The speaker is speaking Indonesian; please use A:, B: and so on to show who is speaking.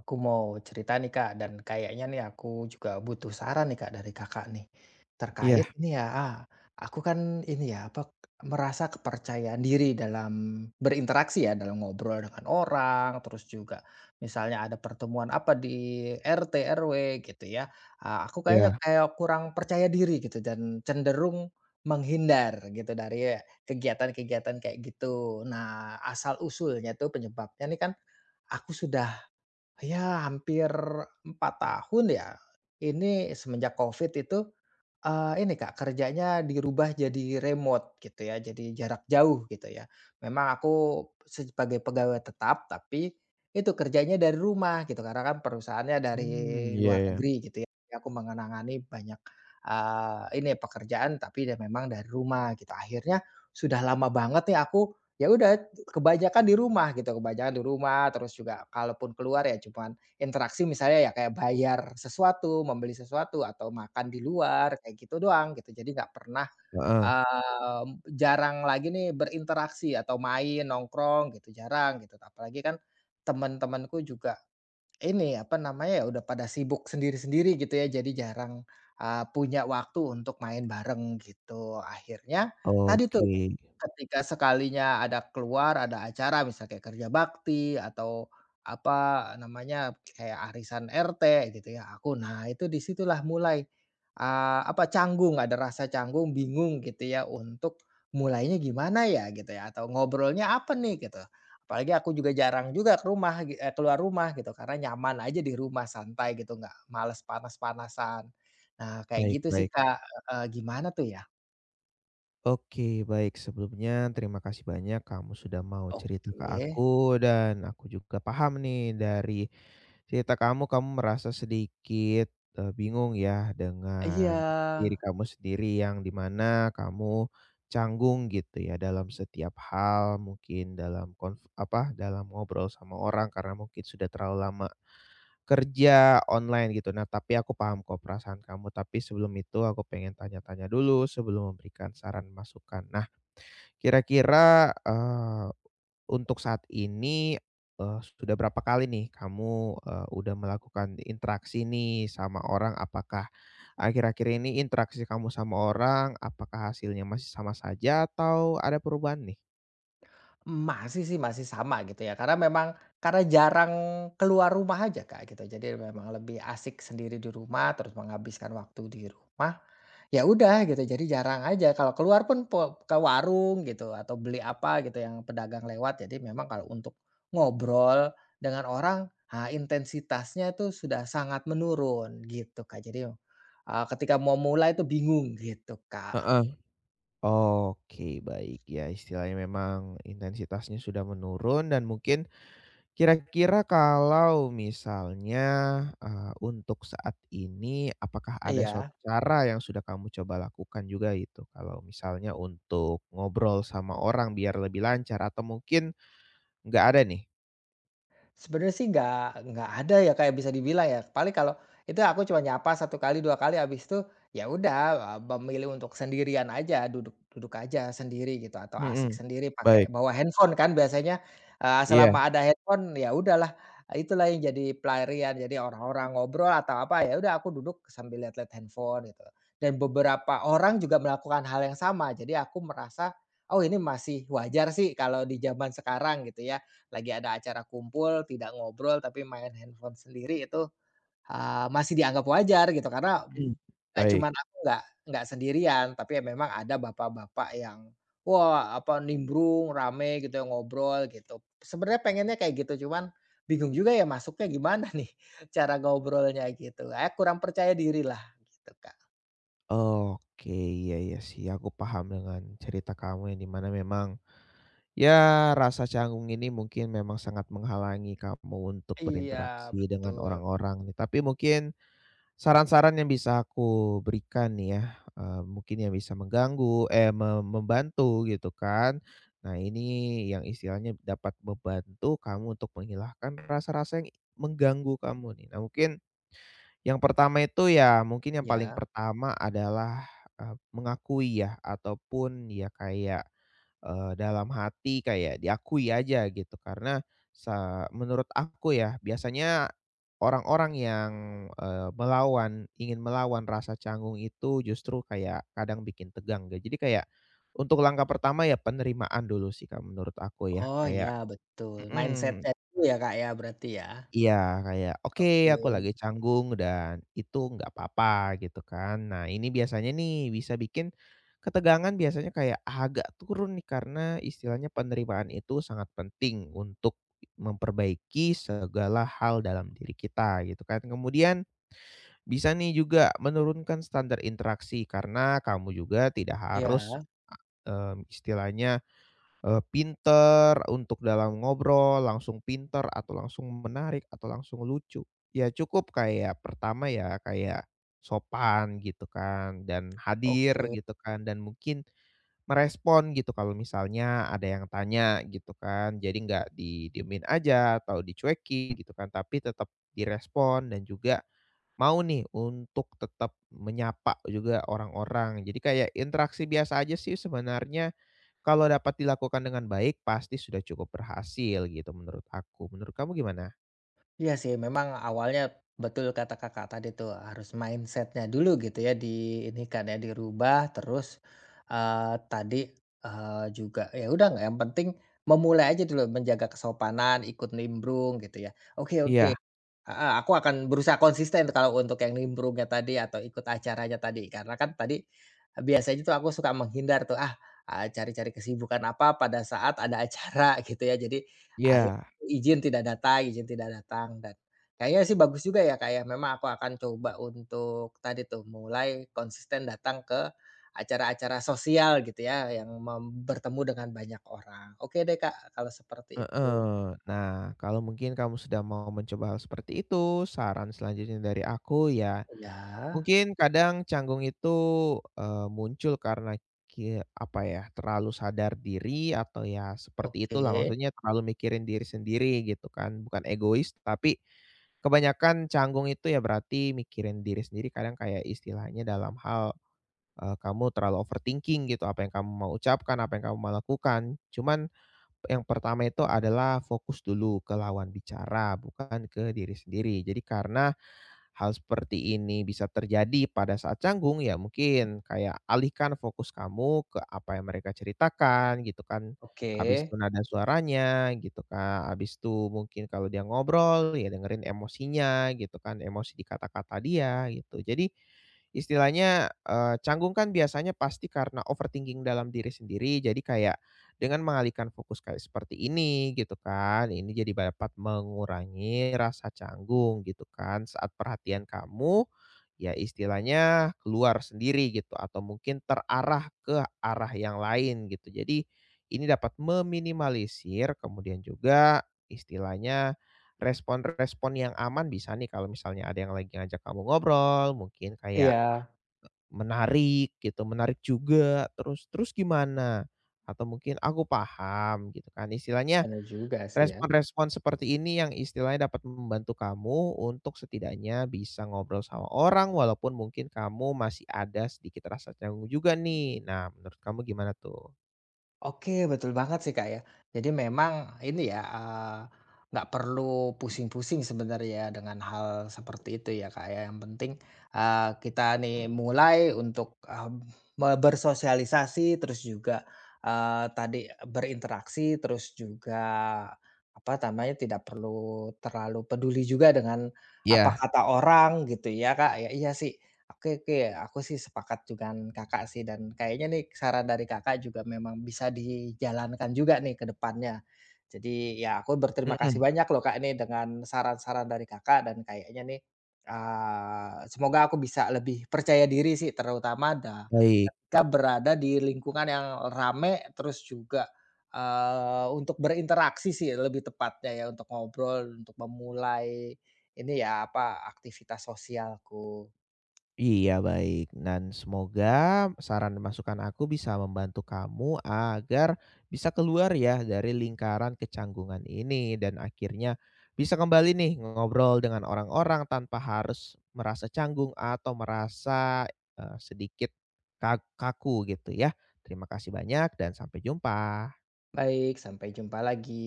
A: Aku mau cerita nih Kak, dan kayaknya nih aku juga butuh saran nih Kak dari Kakak nih. Terkait
B: Iya
A: ini ya, aku kan ini ya, apa, merasa kepercayaan diri dalam berinteraksi ya, dalam ngobrol dengan orang, terus juga misalnya ada pertemuan apa di RT, RW gitu ya. Aku kayaknya
B: iya.
A: kayak kurang percaya diri gitu dan cenderung menghindar gitu dari kegiatan-kegiatan kayak gitu. Nah, asal usulnya tuh penyebabnya nih kan aku sudah, ya, hampir 4 tahun ya. Ini semenjak Covid itu, ini Kak, kerjanya dirubah jadi remote gitu ya, jadi jarak jauh gitu ya. Memang aku sebagai pegawai tetap, tapi itu kerjanya dari rumah gitu, karena kan perusahaannya dari
B: Mmm, iya
A: luar
B: iya.
A: negeri gitu ya. Jadi aku mengenangani banyak, ini pekerjaan tapi ya memang dari rumah gitu. Akhirnya sudah lama banget nih aku ya udah kebanyakan di rumah gitu, kebanyakan di rumah terus juga kalaupun keluar ya cuma. Interaksi misalnya ya kayak bayar sesuatu, membeli sesuatu, atau makan di luar, kayak gitu doang gitu. Jadi nggak pernah,
B: Heeh.
A: jarang lagi nih berinteraksi atau main, nongkrong gitu, jarang gitu. Apalagi kan teman-temanku juga ini, apa namanya, ya udah pada sibuk sendiri-sendiri gitu ya, jadi jarang, punya waktu untuk main bareng gitu. Akhirnya tadi tuh
B: Oke.
A: ketika sekalinya ada keluar, ada acara misal kayak kerja bakti atau apa namanya, kayak arisan RT gitu ya, aku nah itu disitulah mulai, apa, canggung, ada rasa canggung, bingung gitu ya untuk mulainya gimana ya gitu ya, atau ngobrolnya apa nih gitu. Apalagi aku juga jarang juga ke rumah keluar rumah gitu, karena nyaman aja di rumah santai gitu, nggak males panas-panasan. Nah kayak
B: Baik
A: gitu sih
B: baik.
A: Kak, heeh, gimana tuh ya?
B: Oke, baik. Sebelumnya terima kasih banyak kamu sudah mau cerita ke
A: Oke,
B: aku, dan aku juga paham nih dari cerita kamu, kamu merasa sedikit, bingung ya
A: iya.
B: dengan diri kamu sendiri yang di mana kamu canggung gitu ya dalam setiap hal, mungkin dalam dalam ngobrol sama orang karena mungkin sudah terlalu lama kerja online gitu. Nah, tapi aku paham kok perasaan kamu, tapi sebelum itu aku pengen tanya-tanya dulu sebelum memberikan saran masukan. Nah, kira-kira, untuk saat ini, sudah berapa kali nih kamu, udah melakukan interaksi nih sama orang? Apakah akhir-akhir ini interaksi kamu sama orang, apakah hasilnya masih sama saja atau ada perubahan nih?
A: Masih sih, masih sama gitu ya, karena memang karena jarang keluar rumah aja Kak gitu, jadi memang lebih asik sendiri di rumah, terus menghabiskan waktu di rumah, ya udah gitu, jadi jarang aja kalau keluar pun ke warung gitu, atau beli apa gitu yang pedagang lewat, jadi memang kalau untuk ngobrol dengan orang, intensitasnya itu sudah sangat menurun gitu Kak, jadi, ketika mau mulai itu bingung gitu Kak,
B: Heeh. Oke, baik. Ya, istilahnya memang intensitasnya sudah menurun dan mungkin kira-kira kalau misalnya, untuk saat ini apakah ada suatu
A: iya.
B: cara yang sudah kamu coba lakukan juga itu? Kalau misalnya untuk ngobrol sama orang biar lebih lancar atau mungkin nggak ada nih?
A: Sebenarnya sih nggak ada ya kayak bisa dibilang ya, paling kalau itu aku cuma nyapa satu kali, 2 kali, habis itu ya udah, memilih untuk sendirian aja, duduk duduk aja sendiri gitu, atau asik
B: Mhm.
A: sendiri pakai
B: Baik,
A: bawa handphone kan biasanya,
B: iya.
A: selama ada handphone ya udahlah, itulah yang jadi pelarian. Jadi orang-orang ngobrol atau apa, ya udah aku duduk sambil lihat-lihat handphone gitu. Dan beberapa orang juga melakukan hal yang sama, jadi aku merasa, "Oh ini masih wajar sih kalau di zaman sekarang," gitu ya lagi ada acara kumpul, tidak ngobrol tapi main handphone sendiri itu, masih dianggap wajar gitu karena
B: Mm,
A: nggak
B: baik.
A: cuman aku nggak sendirian, tapi ya memang ada bapak-bapak yang, wah, apa, nimbrung, rame gitu ya, ngobrol gitu. Sebenarnya pengennya kayak gitu, cuman bingung juga ya masuknya gimana nih cara ngobrolnya gitu, eh, kurang percaya diri lah gitu, Kak.
B: Oke, iya iya sih aku paham dengan cerita kamu yang dimana memang, ya rasa canggung ini mungkin memang sangat menghalangi kamu untuk
A: Iya,
B: berinteraksi dengan
A: betul.
B: orang-orang nih. Tapi mungkin saran-saran yang bisa aku berikan nih ya, mungkin yang bisa mengganggu, eh, me membantu gitu kan. Nah ini yang istilahnya dapat membantu kamu untuk menghilangkan rasa-rasa yang mengganggu kamu nih. Nah mungkin yang pertama itu ya mungkin yang paling
A: Ya,
B: pertama adalah, mengakui ya ataupun ya kayak, dalam hati kayak diakui aja gitu karena menurut aku ya biasanya orang-orang yang, eee, melawan ingin melawan rasa canggung itu justru kayak kadang bikin tegang gitu. Jadi kayak untuk langkah pertama ya penerimaan dulu sih Kak, menurut aku ya
A: oh, ya
B: kayak
A: betul.
B: mhm.
A: Mindsetnya itu ya, Kak, ya berarti ya?
B: Iya, kayak, "Oke,
A: Oke,
B: aku lagi canggung dan itu nggak apa-apa," gitu kan. Nah, ini biasanya nih bisa bikin ketegangan biasanya kayak, "Ah, agak turun nih karena istilahnya penerimaan itu sangat penting untuk memperbaiki segala hal dalam diri kita gitu kan." Kemudian bisa nih juga menurunkan standar interaksi karena kamu juga tidak harus,
A: iya.
B: istilahnya pinter untuk dalam ngobrol, langsung pinter atau langsung menarik atau langsung lucu. Ya cukup kayak pertama ya kayak sopan gitu kan dan hadir
A: Oke,
B: gitu kan dan mungkin merespon gitu kalau misalnya ada yang tanya gitu kan. Jadi nggak didiemin aja atau dicuekin gitu kan, tapi tetap direspon dan juga mau nih untuk tetap menyapa juga orang-orang. Jadi kayak interaksi biasa aja sih sebenarnya kalau dapat dilakukan dengan baik, pasti sudah cukup berhasil gitu menurut aku. Menurut kamu gimana?
A: iya sih memang awalnya betul kata Kakak tadi tuh harus mindsetnya dulu gitu ya di ini kan ya dirubah terus, tadi, juga ya udah nggak yang penting memulai aja dulu menjaga kesopanan, ikut nimbrung gitu ya. Oke oke.
B: Iya
A: Heeh, aku akan berusaha konsisten kalau untuk yang nimbrungnya tadi atau ikut acaranya tadi. Karena kan tadi, biasanya tuh aku suka menghindar tuh, cari-cari kesibukan apa pada saat ada acara gitu ya. Jadi akhir
B: iya.
A: izin tidak datang dan kayaknya sih bagus juga ya, kayak memang aku akan coba untuk tadi tuh mulai konsisten datang ke acara-acara sosial gitu ya, yang bertemu dengan banyak orang. Oke deh, Kak, kalau seperti itu.
B: Heeh. Nah, kalau mungkin kamu sudah mau mencoba hal seperti itu, saran selanjutnya dari aku ya,
A: Ya,
B: mungkin kadang canggung itu, muncul karena terlalu sadar diri atau ya seperti
A: oke
B: itulah, maksudnya terlalu mikirin diri sendiri gitu kan, bukan egois, tapi kebanyakan canggung itu ya berarti mikirin diri sendiri kadang kayak istilahnya dalam hal kamu terlalu overthinking gitu, apa yang kamu mau ucapkan, apa yang kamu mau lakukan. Cuman yang pertama itu adalah fokus dulu ke lawan bicara, bukan ke diri sendiri. Jadi karena hal seperti ini bisa terjadi pada saat canggung, ya mungkin kayak alihkan fokus kamu ke apa yang mereka ceritakan gitu kan.
A: oke.
B: Habis itu nada suaranya gitu kan, habis itu mungkin kalau dia ngobrol ya dengerin emosinya gitu kan, emosi di kata-kata dia gitu. Jadi istilahnya, canggung kan biasanya pasti karena overthinking dalam diri sendiri, jadi kayak dengan mengalihkan fokus kayak seperti ini gitu kan, ini jadi dapat mengurangi rasa canggung gitu kan saat perhatian kamu, ya istilahnya keluar sendiri gitu atau mungkin terarah ke arah yang lain gitu. Jadi ini dapat meminimalisir kemudian juga istilahnya respon-respon yang aman bisa nih kalau misalnya ada yang lagi ngajak kamu ngobrol, mungkin kayak
A: Iya,
B: menarik gitu, menarik juga, terus terus gimana? Atau mungkin, "Aku paham," gitu kan. Istilahnya
A: bener juga sih ya.
B: respon-respon seperti ini yang istilahnya dapat membantu kamu untuk setidaknya bisa ngobrol sama orang walaupun mungkin kamu masih ada sedikit rasa canggung juga nih. Nah, menurut kamu gimana tuh?
A: Oke, betul banget sih, Kak, ya. Jadi memang ini ya, nggak perlu pusing-pusing sebenarnya dengan hal seperti itu ya, Kak, ya. Yang penting, kita nih mulai untuk, bersosialisasi, terus juga, tadi berinteraksi, terus juga apa namanya, tidak perlu terlalu peduli juga dengan apa
B: Iya.
A: kata orang gitu ya, Kak, ya. Iya sih. Oke oke, aku sih sepakat dengan Kakak sih dan kayaknya nih saran dari Kakak juga memang bisa dijalankan juga nih ke depannya. Jadi ya aku berterima kasih
B: Mhm,
A: banyak loh Kak nih dengan saran-saran dari Kakak dan kayaknya nih semoga aku bisa lebih percaya diri sih terutama
B: baik.
A: ketika berada di lingkungan yang rame terus juga eh, untuk berinteraksi sih lebih tepatnya ya untuk ngobrol, untuk memulai ini ya apa aktivitas sosialku.
B: Iya baik, dan semoga saran dan masukan aku bisa membantu kamu agar bisa keluar ya dari lingkaran kecanggungan ini dan akhirnya bisa kembali nih ngobrol dengan orang-orang tanpa harus merasa canggung atau merasa eh, sedikit kaku gitu ya. Terima kasih banyak dan sampai jumpa.
A: Baik, sampai jumpa lagi.